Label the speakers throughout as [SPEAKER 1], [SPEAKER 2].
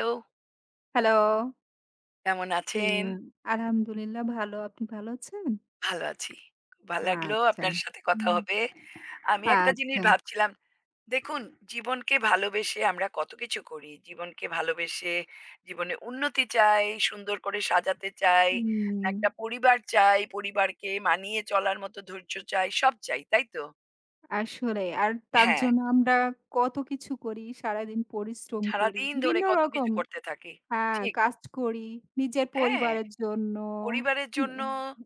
[SPEAKER 1] তো
[SPEAKER 2] হ্যালো।
[SPEAKER 1] কেমন
[SPEAKER 2] জি,
[SPEAKER 1] আছেন?
[SPEAKER 2] আলহামদুলিল্লাহ ভালো। আপনি ভালো আছেন?
[SPEAKER 1] ভালো আছি। ভাল লাগলো
[SPEAKER 2] আচ্ছা।
[SPEAKER 1] আপনার সাথে কথা
[SPEAKER 2] হুম।
[SPEAKER 1] হবে। আমি একটা জিনিস
[SPEAKER 2] আচ্ছা।
[SPEAKER 1] ভাবছিলাম, দেখুন জীবনকে ভালোবেসে আমরা কত কিছু করি। জীবনকে ভালোবেসে জীবনে উন্নতি চাই, সুন্দর করে সাজাতে চাই,
[SPEAKER 2] হুম,
[SPEAKER 1] একটা পরিবার চাই, পরিবারকে মানিয়ে চলার মতো ধৈর্য চাই, সব চাই, তাই তো?
[SPEAKER 2] আসলে আর তার
[SPEAKER 1] হ্যাঁ,
[SPEAKER 2] জন্য আমরা কত কিছু করি, সারাদিন পরিশ্রম করি।
[SPEAKER 1] সারাদিন ধরে
[SPEAKER 2] বিভিন্ন
[SPEAKER 1] কত
[SPEAKER 2] রকম
[SPEAKER 1] কিছু করতে থাকি।
[SPEAKER 2] হ্যাঁ,
[SPEAKER 1] ঠিক,
[SPEAKER 2] কাজ করি নিজের
[SPEAKER 1] হ্যাঁ,
[SPEAKER 2] পরিবারের জন্য।
[SPEAKER 1] পরিবারের জন্য,
[SPEAKER 2] উম,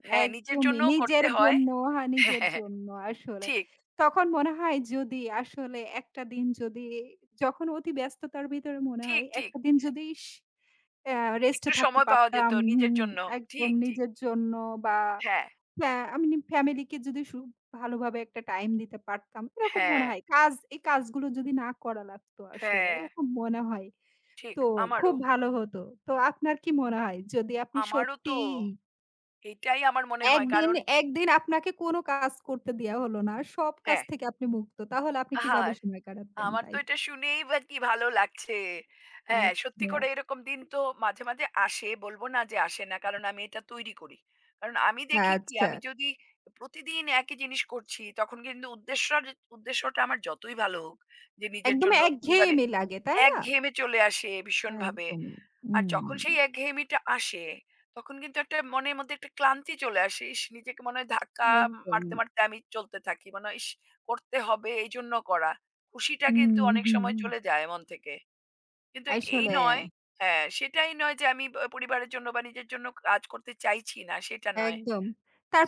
[SPEAKER 1] হ্যাঁ, নিজের
[SPEAKER 2] একদমই
[SPEAKER 1] জন্যও
[SPEAKER 2] নিজের
[SPEAKER 1] করতে হয়।
[SPEAKER 2] জন্য, হ্যাঁ নিজের জন্য আসলে।
[SPEAKER 1] ঠিক,
[SPEAKER 2] তখন মনে হয় যদি আসলে একটা দিন যদি যখন অতি ব্যস্ততার ভিতরে মনে
[SPEAKER 1] ঠিক,
[SPEAKER 2] হয়
[SPEAKER 1] ঠিক।
[SPEAKER 2] একটা দিন যদি ইস অ্যা রেস্টে
[SPEAKER 1] একটু
[SPEAKER 2] থাকতে
[SPEAKER 1] সময় পাওয়া যেত
[SPEAKER 2] পারতাম।
[SPEAKER 1] নিজের
[SPEAKER 2] হুম,
[SPEAKER 1] জন্য।
[SPEAKER 2] একদম
[SPEAKER 1] ঠিক।
[SPEAKER 2] নিজের জন্য বা
[SPEAKER 1] হ্যাঁ,
[SPEAKER 2] আমি ফ্যামিলিকে যদি ভালোভাবে একটা টাইম দিতে পারতাম এরকম
[SPEAKER 1] হ্যাঁ,
[SPEAKER 2] মনে হয়। কাজ এই কাজগুলো যদি না করা লাগতো আসলে
[SPEAKER 1] হ্যাঁ,
[SPEAKER 2] এরকম মনে হয়।
[SPEAKER 1] ঠিক।
[SPEAKER 2] তো খুব
[SPEAKER 1] আমারও,
[SPEAKER 2] ভালো হতো। তো আপনার কি মনে হয় যদি আপনি
[SPEAKER 1] আমারও তো
[SPEAKER 2] সত্যিই
[SPEAKER 1] এটাই আমার মনে হয়
[SPEAKER 2] একদিন,
[SPEAKER 1] কারণ
[SPEAKER 2] একদিন আপনাকে কোনো কাজ করতে দেয়া হলো না। সব কাজ
[SPEAKER 1] হ্যাঁ,
[SPEAKER 2] থেকে আপনি মুক্ত। তাহলে আপনি
[SPEAKER 1] আহা!
[SPEAKER 2] কিভাবে সময় কাটাতেন,
[SPEAKER 1] আমার তো
[SPEAKER 2] তাই?
[SPEAKER 1] এটা শুনেই বা কি ভালো লাগছে। হ্যাঁ, সত্যি
[SPEAKER 2] আচ্ছা,
[SPEAKER 1] করে এরকম দিন তো মাঝে মাঝে আসে। বলব না যে আসে না কারণ আমি এটা তৈরি করি। কারণ আমি দেখি কি
[SPEAKER 2] আচ্ছা।
[SPEAKER 1] আমি যদি প্রতিদিন একই জিনিস করছি তখন কিন্তু উদ্দেশ্যটা আমার যতই ভালো হোক যে নিজের
[SPEAKER 2] একদম
[SPEAKER 1] জন্য পরিবারে
[SPEAKER 2] একঘেয়েমি লাগে, তাই না?
[SPEAKER 1] একঘেয়েমে চলে আসে ভীষণভাবে।
[SPEAKER 2] একদমই।
[SPEAKER 1] আর যখন
[SPEAKER 2] হুম,
[SPEAKER 1] সেই একঘেয়েমিটা আসে, তখন কিন্তু একটা মনের মধ্যে একটা ক্লান্তি চলে আসে। ইস! নিজেকে মনে হয় ধাক্কা মারতে,
[SPEAKER 2] একদমই।
[SPEAKER 1] মারতে আমি চলতে থাকি। মনে হয় ইস! করতে হবে এইজন্য করা। খুশিটা কিন্তু
[SPEAKER 2] হুম,
[SPEAKER 1] অনেক
[SPEAKER 2] হুম।
[SPEAKER 1] সময় চলে যায় মন থেকে। কিন্তু এই
[SPEAKER 2] আসলে
[SPEAKER 1] নয় হ্যাঁ, সেটাই নয় যে আমি ব পরিবারের জন্য বা নিজের জন্য কাজ করতে চাইছি না, সেটা নয়।
[SPEAKER 2] একদম।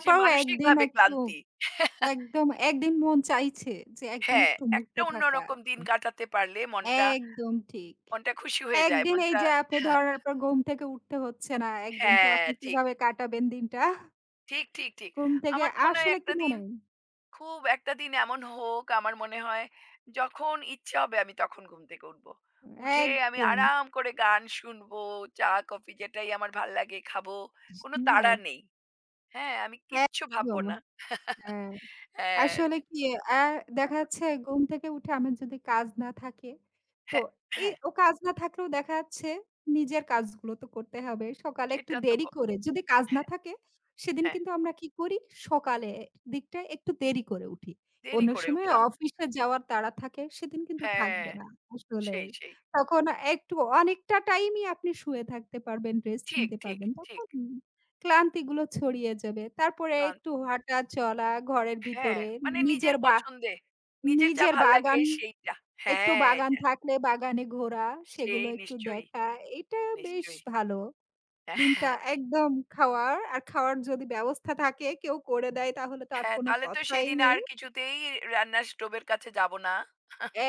[SPEAKER 1] সে
[SPEAKER 2] একদিন
[SPEAKER 1] মানসিকভাবে
[SPEAKER 2] একটু
[SPEAKER 1] ক্লান্তি।
[SPEAKER 2] একদম একদিন মন চাইছে যে একদিন
[SPEAKER 1] হ্যাঁ,
[SPEAKER 2] একটু মুক্ত
[SPEAKER 1] একটা
[SPEAKER 2] থাকার।
[SPEAKER 1] অন্যরকম দিন কাটাতে পারলে মনটা,
[SPEAKER 2] একদম ঠিক।
[SPEAKER 1] মনটা খুশি হয়ে যায়।
[SPEAKER 2] একদিন এই
[SPEAKER 1] মনটা
[SPEAKER 2] যে আপনি ধরেন আপনার ঘুম থেকে উঠতে হচ্ছে না একদিন, তো
[SPEAKER 1] হ্যাঁ,
[SPEAKER 2] আপনি
[SPEAKER 1] ঠিক।
[SPEAKER 2] কিভাবে কাটাবেন দিনটা?
[SPEAKER 1] ঠিক।
[SPEAKER 2] ঘুম থেকে
[SPEAKER 1] আমার তো মনে হয়
[SPEAKER 2] আসলে কি
[SPEAKER 1] একটা দিন
[SPEAKER 2] মনে হয়?
[SPEAKER 1] খুব একটা দিন এমন হোক আমার মনে হয় যখন ইচ্ছা হবে আমি তখন ঘুম থেকে উঠবো। উঠে আমি
[SPEAKER 2] একদম,
[SPEAKER 1] আরাম করে গান শুনবো, চা কফি যেটাই আমার ভাল লাগে খাবো। কোনো তাড়া
[SPEAKER 2] এক
[SPEAKER 1] নেই। হ্যাঁ, আমি কিচ্ছু ভাববো
[SPEAKER 2] একদম,
[SPEAKER 1] না।
[SPEAKER 2] হ্যাঁ।
[SPEAKER 1] হ্যাঁ,
[SPEAKER 2] আসলে কি আ দেখা যাচ্ছে ঘুম থেকে উঠে আমার যদি কাজ না থাকে, তো
[SPEAKER 1] হ্যাঁ,
[SPEAKER 2] এই
[SPEAKER 1] হ্যাঁ,
[SPEAKER 2] ও কাজ না থাকলেও দেখা যাচ্ছে নিজের কাজগুলো তো করতে হবে। সকালে একটু
[SPEAKER 1] সেটা তো ক
[SPEAKER 2] দেরি করে যদি কাজ না
[SPEAKER 1] হ্যাঁ,
[SPEAKER 2] থাকে, সেদিন
[SPEAKER 1] হ্যাঁ,
[SPEAKER 2] কিন্তু আমরা কি করি সকালে দিকটায় একটু দেরি করে উঠি।
[SPEAKER 1] দেরি
[SPEAKER 2] অন্য
[SPEAKER 1] করে
[SPEAKER 2] সময়
[SPEAKER 1] উঠলাম।
[SPEAKER 2] অফিসে যাওয়ার তাড়া থাকে সেদিন কিন্তু
[SPEAKER 1] হ্যাঁ,
[SPEAKER 2] থাকবে না
[SPEAKER 1] সেই,
[SPEAKER 2] আসলেই।
[SPEAKER 1] সেই।
[SPEAKER 2] তখন একটু অনেকটা টাইমই আপনি শুয়ে থাকতে পারবেন, রেস্ট
[SPEAKER 1] ঠিক,
[SPEAKER 2] নিতে
[SPEAKER 1] ঠিক,
[SPEAKER 2] পারবেন।
[SPEAKER 1] ঠিক।
[SPEAKER 2] তখন ক্লান্তিগুলো ছড়িয়ে যাবে। তারপরে
[SPEAKER 1] গান
[SPEAKER 2] একটু হাঁটা চলা ঘরের
[SPEAKER 1] হ্যাঁ,
[SPEAKER 2] ভিতরে
[SPEAKER 1] মানে
[SPEAKER 2] নিজের
[SPEAKER 1] নিজের
[SPEAKER 2] বা
[SPEAKER 1] পছন্দে, নিজের যা
[SPEAKER 2] নিজের
[SPEAKER 1] ভাল লাগে
[SPEAKER 2] বাগান
[SPEAKER 1] সেইটা।
[SPEAKER 2] একটু
[SPEAKER 1] হ্যাঁ।
[SPEAKER 2] বাগান থাকলে বাগানে ঘোরা, সেগুলো
[SPEAKER 1] সেই
[SPEAKER 2] একটু
[SPEAKER 1] নিশ্চয়ই,
[SPEAKER 2] দেখা। এটা বেশ
[SPEAKER 1] নিশ্চয়ই।
[SPEAKER 2] ভালো। দিনটা
[SPEAKER 1] হ্যাঁ,
[SPEAKER 2] একদম খাওয়ার আর খাওয়ার যদি ব্যবস্থা থাকে কেউ করে দেয় তাহলে তো আর
[SPEAKER 1] হ্যাঁ,
[SPEAKER 2] কোনো
[SPEAKER 1] তাহলে তো
[SPEAKER 2] কথাই
[SPEAKER 1] সেদিন
[SPEAKER 2] নেই।
[SPEAKER 1] আর কিছুতেই রান্নার স্টোভের কাছে যাব না।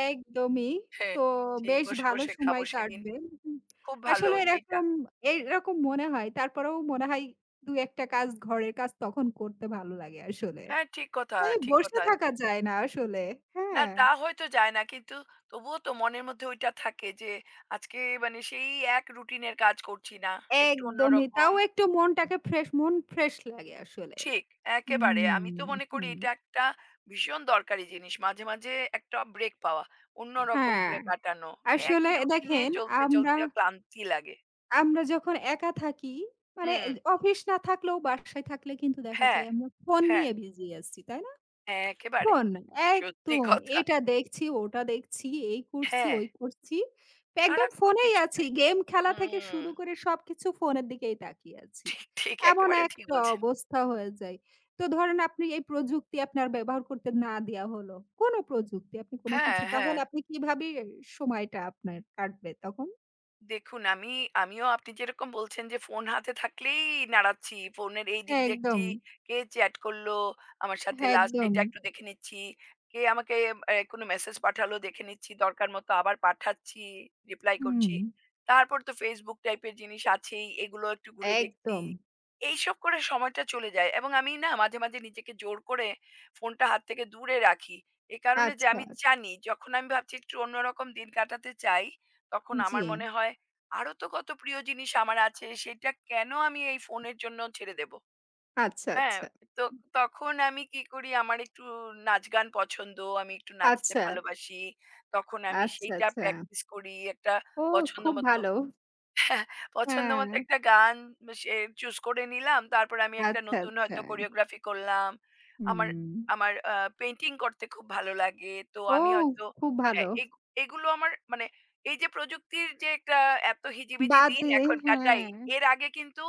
[SPEAKER 2] একদমই।
[SPEAKER 1] হ্যাঁ,
[SPEAKER 2] তো
[SPEAKER 1] সেই
[SPEAKER 2] বেশ
[SPEAKER 1] বসে,
[SPEAKER 2] ভালো
[SPEAKER 1] বসে
[SPEAKER 2] সময়
[SPEAKER 1] খাবো সেদিন।
[SPEAKER 2] কাটবে। হুম।
[SPEAKER 1] খুব ভালো
[SPEAKER 2] আসলে
[SPEAKER 1] সেইটা।
[SPEAKER 2] এরকম এরকম মনে হয়। তারপরেও মনে হয় ২-১ টা কাজ ঘরের কাজ তখন করতে ভালো লাগে আসলে।
[SPEAKER 1] হ্যাঁ, ঠিক কথা,
[SPEAKER 2] হ্যাঁ,
[SPEAKER 1] ঠিক
[SPEAKER 2] বসে
[SPEAKER 1] কথা।
[SPEAKER 2] থাকা যায় না আসলে।
[SPEAKER 1] না
[SPEAKER 2] হ্যাঁ,
[SPEAKER 1] তা হয়তো যায় না। কিন্তু তবুও তো মনের মধ্যে ওইটা থাকে যে আজকে মানে সেই এক রুটিনের কাজ করছি না। একটু
[SPEAKER 2] একদমই।
[SPEAKER 1] অন্যরকম।
[SPEAKER 2] তাও একটু মনটাকে ফ্রেশ মন ফ্রেশ লাগে আসলে।
[SPEAKER 1] ঠিক, একেবারে। আমি
[SPEAKER 2] হুম,
[SPEAKER 1] তো মনে করি
[SPEAKER 2] হুম।
[SPEAKER 1] এটা একটা ভীষণ দরকারি জিনিস। মাঝে মাঝে একটা ব্রেক পাওয়া। অন্যরকম
[SPEAKER 2] হ্যাঁ,
[SPEAKER 1] করে কাটানো।
[SPEAKER 2] আসলে
[SPEAKER 1] একই রুটিনে
[SPEAKER 2] দেখেন
[SPEAKER 1] চলতে,
[SPEAKER 2] আমরা
[SPEAKER 1] চলতে ক্লান্তি লাগে।
[SPEAKER 2] আমরা যখন একা থাকি মানে
[SPEAKER 1] হুম।
[SPEAKER 2] অফিস না থাকলেও বাসায় থাকলে কিন্তু দেখা
[SPEAKER 1] হ্যাঁ,
[SPEAKER 2] যায় আমরা ফোন
[SPEAKER 1] হ্যাঁ,
[SPEAKER 2] নিয়ে বিজি আছি, তাই না?
[SPEAKER 1] একেবারে।
[SPEAKER 2] শোন,
[SPEAKER 1] সত্যি
[SPEAKER 2] একদম
[SPEAKER 1] কথা।
[SPEAKER 2] এটা দেখছি, ওটা দেখছি, এই করছি,
[SPEAKER 1] হ্যাঁ,
[SPEAKER 2] ওই করছি। একদম
[SPEAKER 1] সারাক্ষণ
[SPEAKER 2] ফোনেই
[SPEAKER 1] কিছুতে।
[SPEAKER 2] আছি। গেম খেলা থেকে
[SPEAKER 1] হুম।
[SPEAKER 2] শুরু করে সবকিছু ফোনের দিকেই তাকিয়ে আছি।
[SPEAKER 1] ঠিক
[SPEAKER 2] এমন
[SPEAKER 1] একেবারে ঠিক
[SPEAKER 2] একটা
[SPEAKER 1] বলছেন।
[SPEAKER 2] অবস্থা হয়ে যায়। তো ধরেন আপনি এই প্রযুক্তি আপনার ব্যবহার করতে না দেয়া হলো। কোনো প্রযুক্তি, আপনি কোনো
[SPEAKER 1] হ্যাঁ,
[SPEAKER 2] কিছু
[SPEAKER 1] হ্যাঁ।
[SPEAKER 2] তাহলে আপনি কিভাবে সময়টা আপনার কাটবে তখন?
[SPEAKER 1] দেখুন, আমিও আপনি যেরকম বলছেন যে ফোন হাতে থাকলেই নাড়াচ্ছি। ফোনের এই দিক দেখছি,
[SPEAKER 2] একদম,
[SPEAKER 1] কে চ্যাট করলো আমার সাথে
[SPEAKER 2] হ্যাঁ,
[SPEAKER 1] লাস্ট
[SPEAKER 2] একদম।
[SPEAKER 1] এটা একটু দেখে নিচ্ছি। কে আমাকে এ কোনো মেসেজ পাঠালো দেখে নিচ্ছি, দরকার মতো আবার পাঠাচ্ছি, রিপ্লাই
[SPEAKER 2] হুম,
[SPEAKER 1] করছি। তারপর তো Facebook টাইপের জিনিস আছেই, এগুলো একটু ঘুরে দেখছি।
[SPEAKER 2] একদম।
[SPEAKER 1] এইসব করে সময়টা চলে যায় এবং আমি না মাঝে মাঝে নিজেকে জোর করে ফোনটা হাত থেকে দূরে রাখি। এ কারণে যে
[SPEAKER 2] আচ্ছা,
[SPEAKER 1] আমি জানি যখন আমি ভাবছি একটু অন্যরকম দিন কাটাতে চাই, তখন
[SPEAKER 2] জি।
[SPEAKER 1] আমার মনে হয় আরো তো কত প্রিয় জিনিস আমার আছে সেটা কেন আমি এই ফোনের জন্য ছেড়ে দেব?
[SPEAKER 2] আচ্ছা,
[SPEAKER 1] হ্যাঁ,
[SPEAKER 2] আচ্ছা,
[SPEAKER 1] তো তখন আমি কি করি আমার একটু নাচ গান পছন্দ, আমি একটু নাচতে
[SPEAKER 2] আচ্ছা,
[SPEAKER 1] ভালোবাসি। তখন আমি
[SPEAKER 2] আচ্ছা,
[SPEAKER 1] সেইটা
[SPEAKER 2] আচ্ছা।
[SPEAKER 1] প্র্যাকটিস করি, একটা
[SPEAKER 2] ও
[SPEAKER 1] পছন্দ
[SPEAKER 2] খুব
[SPEAKER 1] মতো
[SPEAKER 2] ভালো।
[SPEAKER 1] হ্যাঁ, পছন্দ
[SPEAKER 2] হ্যাঁ,
[SPEAKER 1] মতো একটা গান সে চুজ করে নিলাম। তারপরে আমি একটা
[SPEAKER 2] আচ্ছা,
[SPEAKER 1] নতুন
[SPEAKER 2] আচ্ছা।
[SPEAKER 1] হয়তো কোরিওগ্রাফি করলাম। আমার
[SPEAKER 2] হুম।
[SPEAKER 1] আমার আ পেইন্টিং করতে খুব ভালো লাগে। তো
[SPEAKER 2] ও
[SPEAKER 1] আমি হয়তো
[SPEAKER 2] খুব
[SPEAKER 1] হ্যাঁ,
[SPEAKER 2] ভালো।
[SPEAKER 1] এগ এগুলো আমার মানে এই যে প্রযুক্তির যে একটা এত হিজিবিজি
[SPEAKER 2] বাদ
[SPEAKER 1] দিন
[SPEAKER 2] দিয়ে
[SPEAKER 1] এখন কাটাই,
[SPEAKER 2] হ্যাঁ।
[SPEAKER 1] এর আগে কিন্তু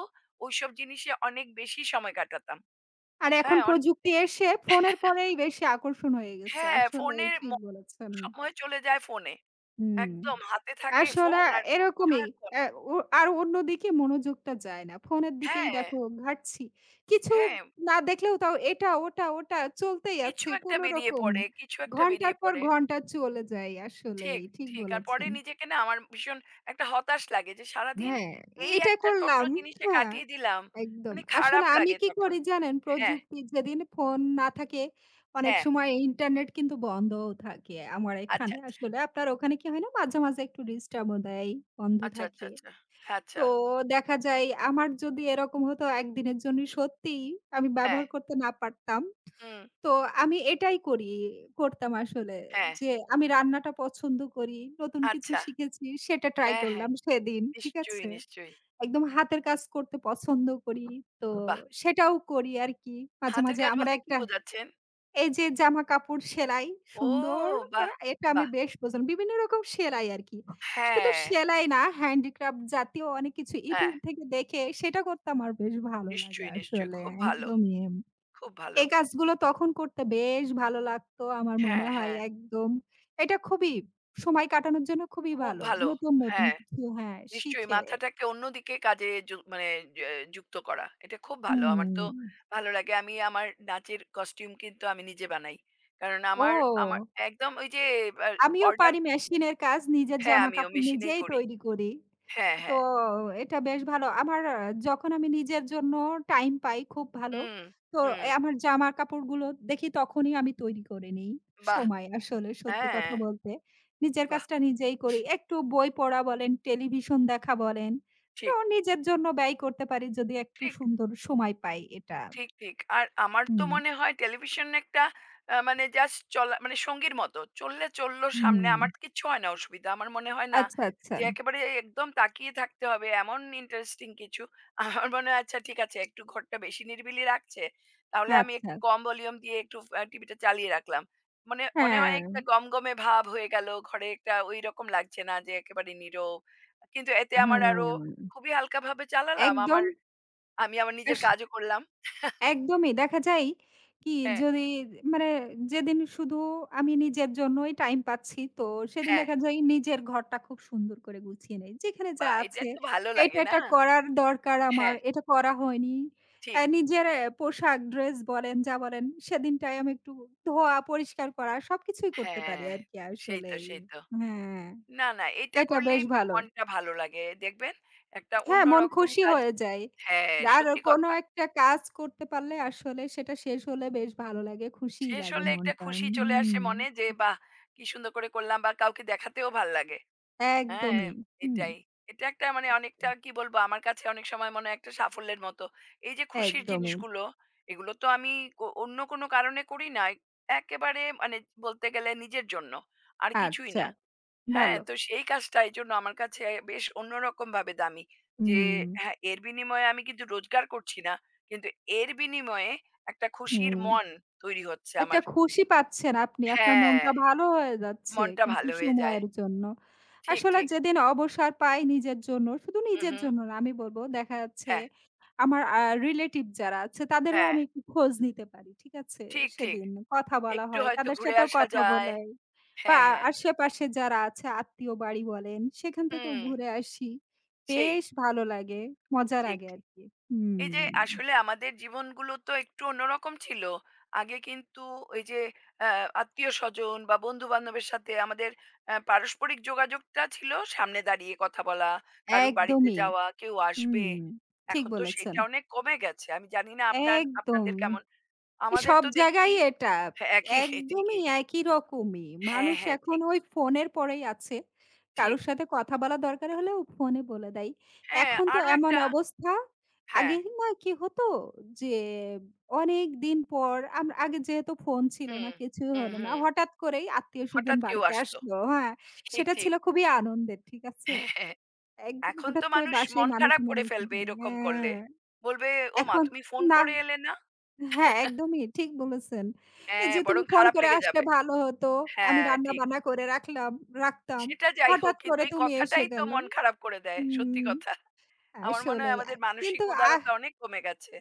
[SPEAKER 1] ওইসব জিনিসে অনেক বেশি সময় কাটাতাম।
[SPEAKER 2] আর এখন
[SPEAKER 1] হ্যাঁ, অন
[SPEAKER 2] প্রযুক্তি এসে ফোনের পরেই বেশি আকর্ষণ হয়ে গেছে।
[SPEAKER 1] হ্যাঁ,
[SPEAKER 2] আসলেই
[SPEAKER 1] ফোনের ম
[SPEAKER 2] ঠিক বলেছেন।
[SPEAKER 1] সময় চলে যায় ফোনে।
[SPEAKER 2] হুম।
[SPEAKER 1] একদম হাতে থাকে
[SPEAKER 2] আসলে
[SPEAKER 1] ফোন আর
[SPEAKER 2] এরকমই।
[SPEAKER 1] সারাক্ষণ
[SPEAKER 2] অ্যা ও আর অন্যদিকে মনোযোগটা যায় না। ফোনের দিকেই
[SPEAKER 1] হ্যাঁ,
[SPEAKER 2] দেখো ঘাটছি। কিছু
[SPEAKER 1] হ্যাঁ।
[SPEAKER 2] না দেখলেও তাও এটা, ওটা, ওটা চলতেই
[SPEAKER 1] কিছু
[SPEAKER 2] আছে
[SPEAKER 1] একটা বেরিয়ে
[SPEAKER 2] কোনরকম।
[SPEAKER 1] পড়ে, কিছু একটা
[SPEAKER 2] ঘন্টার
[SPEAKER 1] বেরিয়ে
[SPEAKER 2] পর
[SPEAKER 1] পড়ে।
[SPEAKER 2] ঘন্টা চলে যায় আসলেই।
[SPEAKER 1] ঠিক,
[SPEAKER 2] ঠিক
[SPEAKER 1] ঠিক। আর পরে
[SPEAKER 2] বলেছেন।
[SPEAKER 1] নিজেকে না আমার ভীষণ একটা হতাশ লাগে যে সারাদিন
[SPEAKER 2] হ্যাঁ,
[SPEAKER 1] এই
[SPEAKER 2] এইটা
[SPEAKER 1] একটা ছোট্ট
[SPEAKER 2] করলাম।
[SPEAKER 1] জিনিসে
[SPEAKER 2] হ্যাঁ,
[SPEAKER 1] কাটিয়ে দিলাম।
[SPEAKER 2] একদম।
[SPEAKER 1] মানে
[SPEAKER 2] আসলে
[SPEAKER 1] খারাপ
[SPEAKER 2] আমি
[SPEAKER 1] লাগে
[SPEAKER 2] কি
[SPEAKER 1] তখন।
[SPEAKER 2] করি জানেন?
[SPEAKER 1] হ্যাঁ,
[SPEAKER 2] প্রযুক্তি যেদিন ফোন না থাকে, অনেক
[SPEAKER 1] হ্যাঁ।
[SPEAKER 2] সময় ইন্টারনেট কিন্তু বন্ধও থাকে আমার
[SPEAKER 1] আচ্ছা,
[SPEAKER 2] এখানে।
[SPEAKER 1] আচ্ছা,
[SPEAKER 2] আসলে আপনার ওখানে কি হয় না? মাঝে, মাঝে একটু ডিস্টার্বও দেয়, বন্ধ
[SPEAKER 1] আচ্ছা, আচ্ছা,
[SPEAKER 2] থাকে।
[SPEAKER 1] আচ্ছা।
[SPEAKER 2] তো
[SPEAKER 1] আচ্ছা,
[SPEAKER 2] দেখা যায় আমার যদি এরকম হতো একদিনের জন্য সত্যিই আমি
[SPEAKER 1] হ্যাঁ,
[SPEAKER 2] ব্যবহার করতে না পারতাম।
[SPEAKER 1] হুম,
[SPEAKER 2] তো আমি এটাই করি করতাম আসলে
[SPEAKER 1] হ্যাঁ,
[SPEAKER 2] যে আমি রান্নাটা পছন্দ করি। নতুন কিছু
[SPEAKER 1] আচ্ছা।
[SPEAKER 2] শিখেছি, সেটা ট্রাই
[SPEAKER 1] হ্যাঁ, হ্যাঁ।
[SPEAKER 2] করলাম সেদিন। ঠিক
[SPEAKER 1] নিশ্চয়ই,
[SPEAKER 2] আছে?
[SPEAKER 1] নিশ্চয়ই।
[SPEAKER 2] একদম হাতের কাজ করতে পছন্দ করি। তো
[SPEAKER 1] বাহ!
[SPEAKER 2] সেটাও করি আরকি। মাঝে,
[SPEAKER 1] হাতের
[SPEAKER 2] মাঝে
[SPEAKER 1] কাজ
[SPEAKER 2] আমার
[SPEAKER 1] বলতে কি
[SPEAKER 2] একটা
[SPEAKER 1] বোঝাচ্ছেন?
[SPEAKER 2] এই যে জামা-কাপড় সেলাই
[SPEAKER 1] ও
[SPEAKER 2] সুন্দর
[SPEAKER 1] বাহ!
[SPEAKER 2] করা এটা আমি
[SPEAKER 1] বাহ!
[SPEAKER 2] বেশ পছন্দ বিভিন্ন রকম সেলাই আরকি। শুধু
[SPEAKER 1] হ্যাঁ,
[SPEAKER 2] সেলাই না হ্যান্ডিক্রাফট জাতীয় অনেক কিছু
[SPEAKER 1] হ্যাঁ।
[SPEAKER 2] YouTube থেকে দেখে সেটা করতে আমার বেশ ভালো লাগে
[SPEAKER 1] নিশ্চয়ই, নিশ্চয়ই।
[SPEAKER 2] আসলে
[SPEAKER 1] খুব ভালো,
[SPEAKER 2] একদমই।
[SPEAKER 1] খুব ভালো।
[SPEAKER 2] এই কাজগুলো তখন করতে বেশ ভালো লাগতো আমার মনে
[SPEAKER 1] হ্যাঁ,
[SPEAKER 2] হয়
[SPEAKER 1] হ্যাঁ।
[SPEAKER 2] একদম। এটা খুবই সময় কাটানোর জন্য খুবই
[SPEAKER 1] খুব
[SPEAKER 2] ভালো।
[SPEAKER 1] ভালো।
[SPEAKER 2] নতুন, নতুন
[SPEAKER 1] হ্যাঁ।
[SPEAKER 2] কিছু হ্যাঁ,
[SPEAKER 1] নিশ্চয়ই
[SPEAKER 2] শিখে।
[SPEAKER 1] মাথাটাকে অন্যদিকে কাজে যু- মানে য- যুক্ত করা এটা খুব ভালো আমার তো
[SPEAKER 2] হুম।
[SPEAKER 1] ভালো লাগে আমি আমার নাচের কস্টিউম কিন্তু আমি নিজে বানাই কারণ আমার আমার
[SPEAKER 2] ও!
[SPEAKER 1] একদম ওই যে
[SPEAKER 2] আমিও
[SPEAKER 1] অর্ডার
[SPEAKER 2] পারি মেশিনের কাজ। নিজের
[SPEAKER 1] হ্যাঁ আমিও
[SPEAKER 2] জামাকাপড়
[SPEAKER 1] মেশিনেই
[SPEAKER 2] নিজেই
[SPEAKER 1] করি
[SPEAKER 2] তৈরি করি।
[SPEAKER 1] হ্যাঁ
[SPEAKER 2] তো
[SPEAKER 1] হ্যাঁ
[SPEAKER 2] এটা বেশ ভালো। আমার যখন আমি নিজের জন্য টাইম পাই খুব ভালো।
[SPEAKER 1] হুম
[SPEAKER 2] তো
[SPEAKER 1] হুম
[SPEAKER 2] এ আমার জামার কাপড়গুলো দেখি তখনই আমি তৈরি করে নেই।
[SPEAKER 1] বাহ
[SPEAKER 2] সময় আসলে সত্যি কথা
[SPEAKER 1] হ্যাঁ
[SPEAKER 2] বলতে। নিজের
[SPEAKER 1] বাহ
[SPEAKER 2] কাজটা নিজেই করি। একটু বই পড়া বলেন, টেলিভিশন দেখা বলেন। তো
[SPEAKER 1] ঠিক
[SPEAKER 2] নিজের জন্য ব্যয় করতে পারি যদি একটু
[SPEAKER 1] ঠিক
[SPEAKER 2] সুন্দর সময় পাই এটা।
[SPEAKER 1] ঠিক। আর আমার তো
[SPEAKER 2] হুম।
[SPEAKER 1] মনে হয় টেলিভিশন একটা আ মানে জাস্ট চলা মানে সঙ্গীর মতো। চললে চলল সামনে
[SPEAKER 2] হুম।
[SPEAKER 1] আমার কিচ্ছু হয় না অসুবিধা। আমার মনে হয় না
[SPEAKER 2] আচ্ছা, আচ্ছা।
[SPEAKER 1] যে একেবারে একদম তাকিয়ে থাকতে হবে এমন ইন্টারেস্টিং কিছু। আমার মনে হয় আচ্ছা ঠিক আছে একটু ঘরটা বেশি নিরিবিলি রাখছে। তাহলে আমি
[SPEAKER 2] আচ্ছা।
[SPEAKER 1] একটু কম ভলিউম দিয়ে একটু আ টিভিটা চালিয়ে রাখলাম। মনে মনে হয়
[SPEAKER 2] হ্যাঁ।
[SPEAKER 1] একটা গমগমে ভাব হয়ে গেল। ঘরে একটা ঐরকম লাগছে না যে একেবারে নীরব। কিন্তু এতে আমার আরো
[SPEAKER 2] হুম,
[SPEAKER 1] খুবই হালকাভাবে চালালাম।
[SPEAKER 2] একদম
[SPEAKER 1] আমার আমি আমার নিজের
[SPEAKER 2] আস
[SPEAKER 1] কাজও করলাম।
[SPEAKER 2] একদমই দেখা যায় কি
[SPEAKER 1] হ্যাঁ।
[SPEAKER 2] যদি মানে যেদিন শুধু আমি নিজের জন্যই টাইম পাচ্ছি তো সেদিন
[SPEAKER 1] হ্যাঁ,
[SPEAKER 2] দেখা যায় নিজের ঘরটা খুব সুন্দর করে গুছিয়ে নেই। যেখানে যা
[SPEAKER 1] বাহ! এটা
[SPEAKER 2] আছে
[SPEAKER 1] তো ভালো
[SPEAKER 2] এটা,
[SPEAKER 1] লাগে না?
[SPEAKER 2] এটা করার দরকার আমার,
[SPEAKER 1] হ্যাঁ,
[SPEAKER 2] এটা করা হয়নি।
[SPEAKER 1] ঠিক।
[SPEAKER 2] নিজের পোশাক ড্রেস বলেন যা বলেন সেদিনটাই আমি একটু ধোয়া, পরিষ্কার করা সবকিছুই করতে পারি
[SPEAKER 1] হ্যাঁ,
[SPEAKER 2] আরকি
[SPEAKER 1] সেই তো,
[SPEAKER 2] আসলেই।
[SPEAKER 1] সেই তো।
[SPEAKER 2] হ্যাঁ,
[SPEAKER 1] না, না এটা
[SPEAKER 2] এটা
[SPEAKER 1] করলেই
[SPEAKER 2] বেশ ভালো।
[SPEAKER 1] মনটা ভালো লাগে। দেখবেন একটা
[SPEAKER 2] হ্যাঁ, মন
[SPEAKER 1] অন্যরকম
[SPEAKER 2] খুশি
[SPEAKER 1] কাজ
[SPEAKER 2] হয়ে যায়।
[SPEAKER 1] হ্যাঁ,
[SPEAKER 2] আর
[SPEAKER 1] সত্যি
[SPEAKER 2] কোনো
[SPEAKER 1] কথা।
[SPEAKER 2] একটা কাজ করতে পারলে আসলে সেটা শেষ হলে বেশ ভালো লাগে, খুশিই
[SPEAKER 1] শেষ
[SPEAKER 2] লাগে
[SPEAKER 1] হলে একটা
[SPEAKER 2] মনটা।
[SPEAKER 1] খুশি চলে
[SPEAKER 2] হুম,
[SPEAKER 1] আসে মনে যে, বাহ! কি সুন্দর করে করলাম বা কাউকে দেখাতেও ভাল লাগে। হ্যাঁ,
[SPEAKER 2] একদমই। হুম,
[SPEAKER 1] এটাই। এটা একটা মানে অনেকটা কি বলবো আমার কাছে অনেক সময় মনে হয় একটা সাফল্যের মতো। এই যে খুশির
[SPEAKER 2] একদমই।
[SPEAKER 1] জিনিসগুলো, এগুলো তো আমি কো অন্য কোনো কারণে করি না। একেবারে মানে বলতে গেলে নিজের জন্য। আর কিছুই
[SPEAKER 2] আচ্ছা,
[SPEAKER 1] না। হ্যাঁ,
[SPEAKER 2] ভালো।
[SPEAKER 1] তো সেই কাজটা এজন্য আমার কাছে বেশ অন্যরকমভাবে দামি। যে
[SPEAKER 2] হুম,
[SPEAKER 1] হ্যাঁ, এর বিনিময়ে আমি কিন্তু রোজগার করছি না। কিন্তু এর বিনিময়ে একটা খুশির
[SPEAKER 2] হুম।
[SPEAKER 1] মন তৈরি হচ্ছে
[SPEAKER 2] একটা
[SPEAKER 1] আমার।
[SPEAKER 2] খুশি পাচ্ছেন আপনি। আপনার
[SPEAKER 1] হ্যাঁ,
[SPEAKER 2] মনটা ভালো হয়ে যাচ্ছে
[SPEAKER 1] মনটা
[SPEAKER 2] কিছু
[SPEAKER 1] ভালো হয়ে যায়।
[SPEAKER 2] সময়ের জন্য।
[SPEAKER 1] ঠিক,
[SPEAKER 2] আসলে
[SPEAKER 1] ঠিক।
[SPEAKER 2] যেদিন অবসর পাই নিজের জন্য, শুধু
[SPEAKER 1] হু,
[SPEAKER 2] নিজের
[SPEAKER 1] হু।
[SPEAKER 2] জন্য না আমি বলব দেখা যাচ্ছে
[SPEAKER 1] হ্যাঁ,
[SPEAKER 2] আমার রিলেটিভ যারা আছে তাদেরও
[SPEAKER 1] হ্যাঁ।
[SPEAKER 2] আমি একটু খোঁজ নিতে পারি। ঠিক আছে?
[SPEAKER 1] ঠিক।
[SPEAKER 2] সেদিন কথা বলা
[SPEAKER 1] একটু
[SPEAKER 2] হয়।
[SPEAKER 1] হয়তো
[SPEAKER 2] তাদের
[SPEAKER 1] ঘুরে
[SPEAKER 2] সাথেও
[SPEAKER 1] আসা
[SPEAKER 2] কথা
[SPEAKER 1] যায়।
[SPEAKER 2] বলাই বা
[SPEAKER 1] হ্যাঁ, হ্যাঁ।
[SPEAKER 2] আশেপাশে যারা আছে আত্মীয় বাড়ি বলেন সেখান থেকেও
[SPEAKER 1] হুম,
[SPEAKER 2] ঘুরে আসি।
[SPEAKER 1] সেই।
[SPEAKER 2] বেশ ভালো লাগে। মজা
[SPEAKER 1] ঠিক,
[SPEAKER 2] লাগে
[SPEAKER 1] ঠিক।
[SPEAKER 2] আরকি।
[SPEAKER 1] এই
[SPEAKER 2] হুম,
[SPEAKER 1] যে আসলে আমাদের জীবনগুলো তো একটু অন্যরকম ছিল। আগে কিন্তু ওই যে অ্যা আত্মীয়স্বজন বা বন্ধু-বান্ধবের সাথে আমাদের অ্যা পারস্পরিক যোগাযোগটা ছিল সামনে দাঁড়িয়ে কথা বলা, কারুর বাড়িতে
[SPEAKER 2] একদমই।
[SPEAKER 1] যাওয়া, কেউ আসবে।
[SPEAKER 2] হুম, ঠিক
[SPEAKER 1] এখন তো
[SPEAKER 2] বলেছেন।
[SPEAKER 1] সেটা অনেক কমে গেছে। আমি জানি না আপনার
[SPEAKER 2] একদম।
[SPEAKER 1] আপনাদের কেমন? আমাদের
[SPEAKER 2] সব
[SPEAKER 1] তো দেখছি
[SPEAKER 2] জায়গায় এটা।
[SPEAKER 1] হ্যাঁ, একই
[SPEAKER 2] একদমই
[SPEAKER 1] ঠিকই।
[SPEAKER 2] একই রকমই।
[SPEAKER 1] হ্যাঁ,
[SPEAKER 2] মানুষ
[SPEAKER 1] হ্যাঁ,
[SPEAKER 2] এখন
[SPEAKER 1] ঠিক,
[SPEAKER 2] ওই ফোনের পরেই আছে।
[SPEAKER 1] ঠিক।
[SPEAKER 2] কারোর সাথে কথা বলা দরকার হলেও ফোনে বলে দেয়।
[SPEAKER 1] হ্যাঁ,
[SPEAKER 2] এখন তো
[SPEAKER 1] আরো
[SPEAKER 2] এমন
[SPEAKER 1] একটা
[SPEAKER 2] অবস্থা।
[SPEAKER 1] হ্যাঁ,
[SPEAKER 2] আগে না কি হতো যে অনেক দিন পর আমরা আগে যেহেতু ফোন ছিল না,
[SPEAKER 1] হুম,
[SPEAKER 2] কিছুই
[SPEAKER 1] হুম,
[SPEAKER 2] হলো না।
[SPEAKER 1] হুম।
[SPEAKER 2] হঠাৎ করেই আত্মীয়স্বজন
[SPEAKER 1] হঠাৎ কেউ
[SPEAKER 2] বাড়িতে
[SPEAKER 1] আসলো।
[SPEAKER 2] আসলো। হ্যাঁ?
[SPEAKER 1] ঠিক,
[SPEAKER 2] সেটা
[SPEAKER 1] ঠিক।
[SPEAKER 2] ছিল খুবই আনন্দের। ঠিক আছে?
[SPEAKER 1] হ্যাঁ, হ্যাঁ।
[SPEAKER 2] একদম
[SPEAKER 1] এখন
[SPEAKER 2] হঠাৎ
[SPEAKER 1] তো
[SPEAKER 2] করে
[SPEAKER 1] মানুষ
[SPEAKER 2] বাসায়
[SPEAKER 1] মন
[SPEAKER 2] মানুষ
[SPEAKER 1] খারাপ করে
[SPEAKER 2] মানুষ,
[SPEAKER 1] ফেলবে এরকম
[SPEAKER 2] হ্যাঁ,
[SPEAKER 1] করলে। বলবে, "ওমা
[SPEAKER 2] এখন
[SPEAKER 1] তুমি ফোন
[SPEAKER 2] না
[SPEAKER 1] করে এলে না?"
[SPEAKER 2] হ্যাঁ, একদমই ঠিক বলেছেন। এই
[SPEAKER 1] হ্যাঁ,
[SPEAKER 2] যে তুমি
[SPEAKER 1] বরং
[SPEAKER 2] ফোন
[SPEAKER 1] খারাপ
[SPEAKER 2] করে
[SPEAKER 1] লেগে
[SPEAKER 2] আসলে
[SPEAKER 1] যাবে।
[SPEAKER 2] ভালো হতো। আমি
[SPEAKER 1] হ্যাঁ, ঠিক।
[SPEAKER 2] রান্না-বান্না করে রাখলাম রাখতাম।
[SPEAKER 1] সেটা যাই হোক
[SPEAKER 2] হঠাৎ
[SPEAKER 1] কিন্তু
[SPEAKER 2] করে
[SPEAKER 1] এই
[SPEAKER 2] তুমি এসে
[SPEAKER 1] কথাটাই তো
[SPEAKER 2] গেল।
[SPEAKER 1] মন খারাপ করে দেয়। সত্যি
[SPEAKER 2] হুম,
[SPEAKER 1] কথা। আমার মনে হয়
[SPEAKER 2] আসলেই।
[SPEAKER 1] আমাদের মানসিক
[SPEAKER 2] কিন্তু আহ
[SPEAKER 1] উদারতা অনেক কমে গেছে।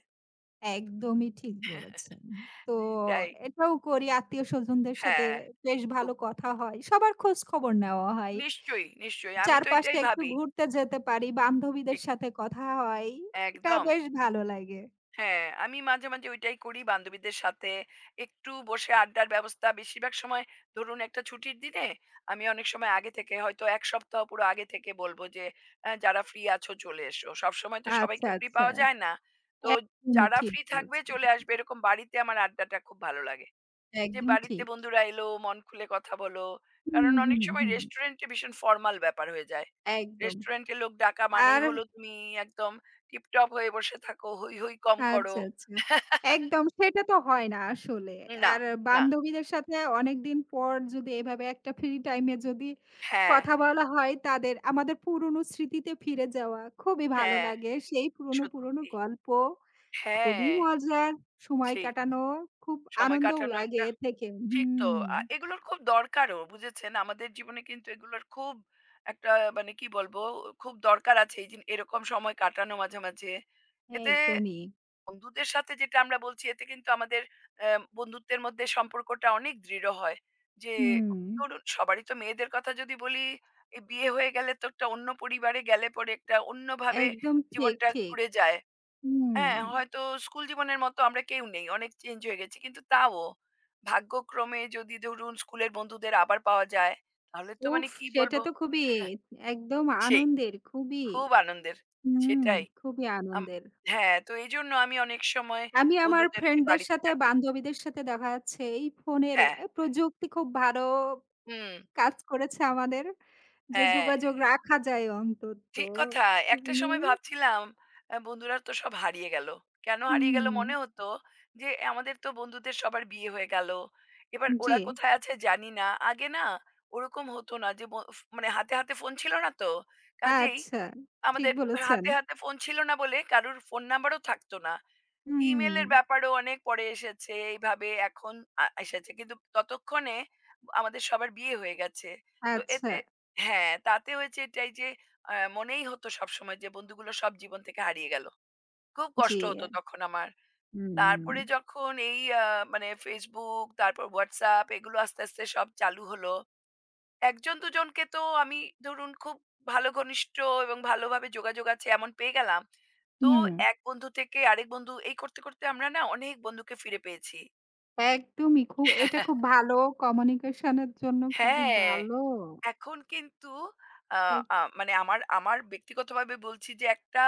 [SPEAKER 2] একদমই ঠিক বলেছেন। তো
[SPEAKER 1] এটাই।
[SPEAKER 2] এটাও করি আত্মীয়স্বজনদের সাথে
[SPEAKER 1] হ্যাঁ,
[SPEAKER 2] বেশ
[SPEAKER 1] খুব
[SPEAKER 2] ভালো কথা হয়। সবার খোঁজ খবর নেওয়া হয়।
[SPEAKER 1] নিশ্চয়ই, নিশ্চয়ই। আমি তো
[SPEAKER 2] চারপাশে
[SPEAKER 1] এটাই
[SPEAKER 2] একটু
[SPEAKER 1] ভাবি।
[SPEAKER 2] ঘুরতে যেতে পারি, বান্ধবীদের
[SPEAKER 1] ঠিক,
[SPEAKER 2] সাথে কথা হয়। এটা
[SPEAKER 1] একদম।
[SPEAKER 2] বেশ ভালো লাগে।
[SPEAKER 1] হ্যাঁ, আমি মাঝে মাঝে ওইটাই করি বান্ধবীদের সাথে। একটু বসে আড্ডার ব্যবস্থা বেশিরভাগ সময় ধরুন একটা ছুটির দিনে আমি অনেক সময় আগে থেকে হয়তো ১ সপ্তাহ পুরো আগে থেকে বলব যে, "অ্যা যারা ফ্রি আছো চলে এসো।" সবসময় তো
[SPEAKER 2] আচ্ছা,
[SPEAKER 1] সবাইকে ফ্রি
[SPEAKER 2] আচ্ছা।
[SPEAKER 1] পাওয়া যায় না। তো
[SPEAKER 2] একদমই
[SPEAKER 1] যারা
[SPEAKER 2] ঠিক
[SPEAKER 1] ফ্রি থাকবে
[SPEAKER 2] বলেছেন।
[SPEAKER 1] চলে আসবে এরকম বাড়িতে আমার আড্ডাটা খুব ভালো লাগে। যে
[SPEAKER 2] একদম
[SPEAKER 1] বাড়িতে
[SPEAKER 2] ঠিক।
[SPEAKER 1] বন্ধুরা এলো মন খুলে কথা বলো
[SPEAKER 2] হুম,
[SPEAKER 1] কারণ অনেক
[SPEAKER 2] হুম,
[SPEAKER 1] সময়
[SPEAKER 2] হুম।
[SPEAKER 1] রেস্টুরেন্টে ভীষণ ফর্মাল ব্যাপার হয়ে যায়
[SPEAKER 2] একদম।
[SPEAKER 1] রেস্টুরেন্টে লোক ডাকা মানেই
[SPEAKER 2] আর
[SPEAKER 1] হলো তুমি একদম টিপটপ হয়ে বসে থাকো হই হই কম করো
[SPEAKER 2] আচ্ছা, আচ্ছা। একদম সেটা তো হয় না আসলে।
[SPEAKER 1] না
[SPEAKER 2] আর
[SPEAKER 1] না
[SPEAKER 2] বান্ধবীদের সাথে অনেকদিন পর যদি এভাবে একটা ফ্রি টাইম এ যদি
[SPEAKER 1] হ্যাঁ
[SPEAKER 2] কথা বলা হয় তাদের আমাদের পুরনো স্মৃতিতে ফিরে যাওয়া খুবই ভালো
[SPEAKER 1] হ্যাঁ
[SPEAKER 2] লাগে। সেই পুরনো, পুরনো
[SPEAKER 1] সত্যি
[SPEAKER 2] গল্প খুবই
[SPEAKER 1] হ্যাঁ
[SPEAKER 2] মজার সময়
[SPEAKER 1] সেই
[SPEAKER 2] কাটানো খুব
[SPEAKER 1] সময়
[SPEAKER 2] আনন্দও
[SPEAKER 1] কাটানো
[SPEAKER 2] লাগে
[SPEAKER 1] একটা
[SPEAKER 2] এর থেকে।
[SPEAKER 1] ঠিক তো
[SPEAKER 2] হুম।
[SPEAKER 1] আ- এগুলোর খুব দরকারও বুঝেছেন আমাদের জীবনে কিন্তু এগুলোর খুব একটা মানে কি বলবো খুব দরকার আছে এই জিন- এরকম সময় কাটানো মাঝে মাঝে এতে
[SPEAKER 2] একদমই।
[SPEAKER 1] বন্ধুদের সাথে যেটা আমরা বলছি এতে কিন্তু আমাদের আ বন্ধুত্বের মধ্যে সম্পর্কটা অনেক দৃঢ় হয়। যে
[SPEAKER 2] হুম।
[SPEAKER 1] ধরুন সবারই তো মেয়েদের কথা যদি বলি, এ বিয়ে হয়ে গেলে তো একটা অন্য পরিবারে গেলে পরে একটা অন্যভাবে
[SPEAKER 2] একদম ঠিক,
[SPEAKER 1] জীবনটা
[SPEAKER 2] ঠিক।
[SPEAKER 1] ঘুরে যায়।
[SPEAKER 2] হুম।
[SPEAKER 1] হ্যাঁ, হয়তো স্কুল জীবনের মতো আমরা কেউ নেই। অনেক চেঞ্জ হয়ে গেছি। কিন্তু তাও ভাগ্যক্রমে যদি ধরুন স্কুলের বন্ধুদের আবার পাওয়া যায়, তাহলে তো মানে
[SPEAKER 2] উফ!
[SPEAKER 1] কি বলব?
[SPEAKER 2] সেটা তো খুবই একদম
[SPEAKER 1] সেই
[SPEAKER 2] আনন্দের, খুবই।
[SPEAKER 1] খুব আনন্দের।
[SPEAKER 2] হুম।
[SPEAKER 1] সেটাই।
[SPEAKER 2] খুবই
[SPEAKER 1] আম
[SPEAKER 2] আনন্দের।
[SPEAKER 1] হ্যাঁ, তো এজন্য আমি অনেক সময়
[SPEAKER 2] আমি আমার
[SPEAKER 1] বন্ধুদেরকে
[SPEAKER 2] ফ্রেন্ডদের
[SPEAKER 1] বাড়িতে
[SPEAKER 2] সাথে,
[SPEAKER 1] ডাকি।
[SPEAKER 2] বান্ধবীদের সাথে দেখা যাচ্ছে এই ফোনের
[SPEAKER 1] হ্যাঁ,
[SPEAKER 2] এ প্রযুক্তি খুব ভালো
[SPEAKER 1] হুম,
[SPEAKER 2] কাজ করেছে আমাদের। যে
[SPEAKER 1] হ্যাঁ,
[SPEAKER 2] যোগাযোগ রাখা যায় অন্তত।
[SPEAKER 1] ঠিক কথা। একটা সময়
[SPEAKER 2] হুম।
[SPEAKER 1] ভাবছিলাম আ বন্ধুরা তো সব হারিয়ে গেল। কেন হারিয়ে গেল
[SPEAKER 2] হুম,
[SPEAKER 1] মনে হতো যে আমাদের তো বন্ধুদের সবার বিয়ে হয়ে গেল। এবার
[SPEAKER 2] জি।
[SPEAKER 1] ওরা কোথায় আছে জানি না। আগে না ওরকম হতো না যে ব ফ মানে হাতে হাতে ফোন ছিল না তো। কাজেই
[SPEAKER 2] আচ্ছা, ঠিক
[SPEAKER 1] আমাদের
[SPEAKER 2] বলেছেন।
[SPEAKER 1] হাতে হাতে ফোন ছিল না বলে কারুর ফোন নাম্বারও থাকতো না।
[SPEAKER 2] হুম।
[SPEAKER 1] ইমেলের ব্যাপারও অনেক পরে এসেছে। এইভাবে এখন আ এসেছে। কিন্তু ততক্ষণে আমাদের সবার বিয়ে হয়ে গেছে। তো
[SPEAKER 2] আচ্ছা,
[SPEAKER 1] এতে হ্যাঁ, তাতে হয়েছে এটাই যে আ মনেই হতো সবসময় যে বন্ধুগুলো সব জীবন থেকে হারিয়ে গেল। খুব
[SPEAKER 2] জি।
[SPEAKER 1] কষ্ট হতো তখন আমার।
[SPEAKER 2] হুম,
[SPEAKER 1] তারপরে যখন এই আ মানে Facebook, তারপর WhatsApp এগুলো আস্তে আস্তে সব চালু হলো। ১ জন ২ জনকে তো আমি ধরুন খুব ভালো ঘনিষ্ঠ এবং ভালোভাবে যোগাযোগ আছে এমন পেয়ে গেলাম। তো
[SPEAKER 2] হুম।
[SPEAKER 1] এক বন্ধু থেকে আরেক বন্ধু এই করতে করতে আমরা না অনেক বন্ধুকে ফিরে পেয়েছি।
[SPEAKER 2] একদমই। এটা খুব ভালো কমিউনিকেশন এর জন্য খুবই
[SPEAKER 1] হ্যাঁ,
[SPEAKER 2] ভালো।
[SPEAKER 1] এখন কিন্তু আ
[SPEAKER 2] এই
[SPEAKER 1] আ মানে আমার আমার ব্যক্তিগতভাবে বলছি যে একটা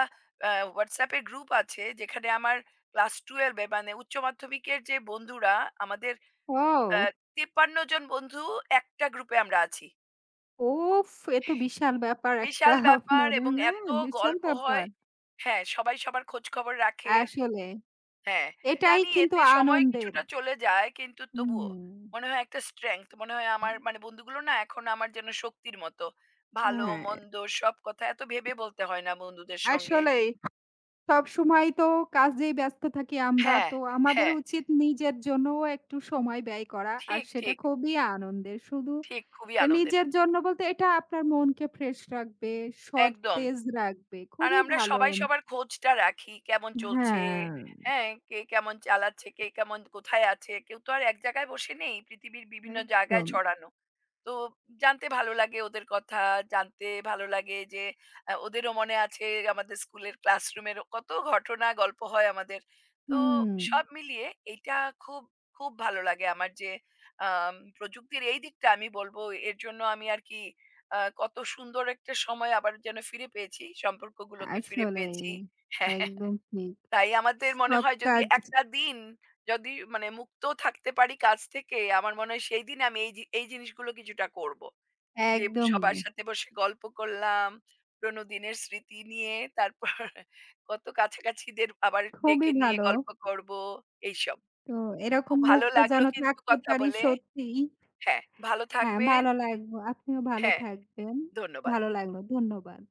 [SPEAKER 1] আ WhatsApp এর গ্রুপ আছে যেখানে আমার ক্লাস ১২ এ মানে উচ্চ মাধ্যমিকের যে বন্ধুরা আমাদের
[SPEAKER 2] ওয়াও!
[SPEAKER 1] আ ৫৩ জন বন্ধু একটা গ্রুপে আমরা আছি।
[SPEAKER 2] উফ! এ তো বিশাল ব্যাপার একটা
[SPEAKER 1] বিশাল ব্যাপার
[SPEAKER 2] আপনার।
[SPEAKER 1] এবং
[SPEAKER 2] হ্যাঁ,
[SPEAKER 1] এত
[SPEAKER 2] বিশাল
[SPEAKER 1] গল্প
[SPEAKER 2] ব্যাপার।
[SPEAKER 1] হয়। হ্যাঁ, সবাই সবার খোঁজখবর রাখে।
[SPEAKER 2] আসলে
[SPEAKER 1] হ্যাঁ,
[SPEAKER 2] এটাই
[SPEAKER 1] জানি
[SPEAKER 2] কিন্তু
[SPEAKER 1] এতে সময়
[SPEAKER 2] আনন্দের।
[SPEAKER 1] কিছুটা চলে যায় কিন্তু তবুও
[SPEAKER 2] হুম।
[SPEAKER 1] মনে হয় একটা স্ট্রেংথ। মনে হয় আমার মানে বন্ধুগুলো না এখন আমার যেন শক্তির মতো। ভালো
[SPEAKER 2] হ্যাঁ,
[SPEAKER 1] মন্দ সব কথা এত ভেবে বলতে হয় না বন্ধুদের সঙ্গে।
[SPEAKER 2] আসলেই সবসময় তো কাজেই ব্যস্ত থাকি আমরা।
[SPEAKER 1] হ্যাঁ,
[SPEAKER 2] তো
[SPEAKER 1] হ্যাঁ।
[SPEAKER 2] আমাদের উচিত নিজের জন্যও একটু সময় ব্যয় করা। আর
[SPEAKER 1] ঠিক,
[SPEAKER 2] সেটা
[SPEAKER 1] ঠিক,
[SPEAKER 2] খুবই আনন্দের। শুধু
[SPEAKER 1] ঠিক। খুবই
[SPEAKER 2] এ
[SPEAKER 1] আনন্দের।
[SPEAKER 2] নিজের জন্য বলতে এটা আপনার মনকে ফ্রেশ রাখবে,
[SPEAKER 1] একদম।
[SPEAKER 2] সতেজ রাখবে।
[SPEAKER 1] আর
[SPEAKER 2] খুবই
[SPEAKER 1] আমরা
[SPEAKER 2] ভালো।
[SPEAKER 1] সবাই সবার খোঁজটা রাখি। কেমন চলছে,
[SPEAKER 2] হ্যাঁ।
[SPEAKER 1] হ্যাঁ? কে কেমন চালাচ্ছে, কে কেমন কোথায় আছে? কেউ তো আর এক জায়গায় বসে নেই। পৃথিবীর বিভিন্ন জায়গায়
[SPEAKER 2] একদম।
[SPEAKER 1] ছড়ানো। তো জানতে ভালো লাগে ওদের কথা, জানতে ভালো লাগে যে আ ওদেরও মনে আছে আমাদের স্কুলের ক্লাসরুমের কত ঘটনা, গল্প হয় আমাদের। তো
[SPEAKER 2] হুম।
[SPEAKER 1] সব মিলিয়ে এইটা খুব, খুব ভালো লাগে আমার যে আম প্রযুক্তির এই দিকটা আমি বলব এর জন্য আমি আর কি আ কত সুন্দর একটা সময় আবার যেন ফিরে পেয়েছি, সম্পর্কগুলোকে ফিরে
[SPEAKER 2] আসলেই,
[SPEAKER 1] পেয়েছি। হ্যাঁ,
[SPEAKER 2] একদম ঠিক।
[SPEAKER 1] তাই আমাদের মনে
[SPEAKER 2] সব
[SPEAKER 1] হয় যদি
[SPEAKER 2] কাজ
[SPEAKER 1] একটা দিন যদি মানে মুক্ত থাকতে পারি কাজ থেকে, আমার মনে হয় সেই দিন আমি এই জি এই জিনিসগুলো কিছুটা করব। যে
[SPEAKER 2] একদমই।
[SPEAKER 1] সবার সাথে বসে গল্প করলাম। পুরনো দিনের স্মৃতি নিয়ে তারপর কত কাছাকাছিদের আবার
[SPEAKER 2] খুবই
[SPEAKER 1] ডেকে নিয়ে
[SPEAKER 2] ভালো।
[SPEAKER 1] গল্প করব, এইসব।
[SPEAKER 2] তো এরকম
[SPEAKER 1] খুব ভালো
[SPEAKER 2] মুক্ত
[SPEAKER 1] লাগলো
[SPEAKER 2] যেন
[SPEAKER 1] কিন্তু
[SPEAKER 2] থাকতে
[SPEAKER 1] কথা
[SPEAKER 2] পারি
[SPEAKER 1] বলে।
[SPEAKER 2] সত্যিই।
[SPEAKER 1] হ্যাঁ, ভালো
[SPEAKER 2] হ্যাঁ,
[SPEAKER 1] থাকবেন।
[SPEAKER 2] ভালো লাগবো। আপনিও ভালো
[SPEAKER 1] হ্যাঁ,
[SPEAKER 2] থাকবেন।
[SPEAKER 1] ধন্যবাদ।
[SPEAKER 2] ভালো লাগলো। ধন্যবাদ।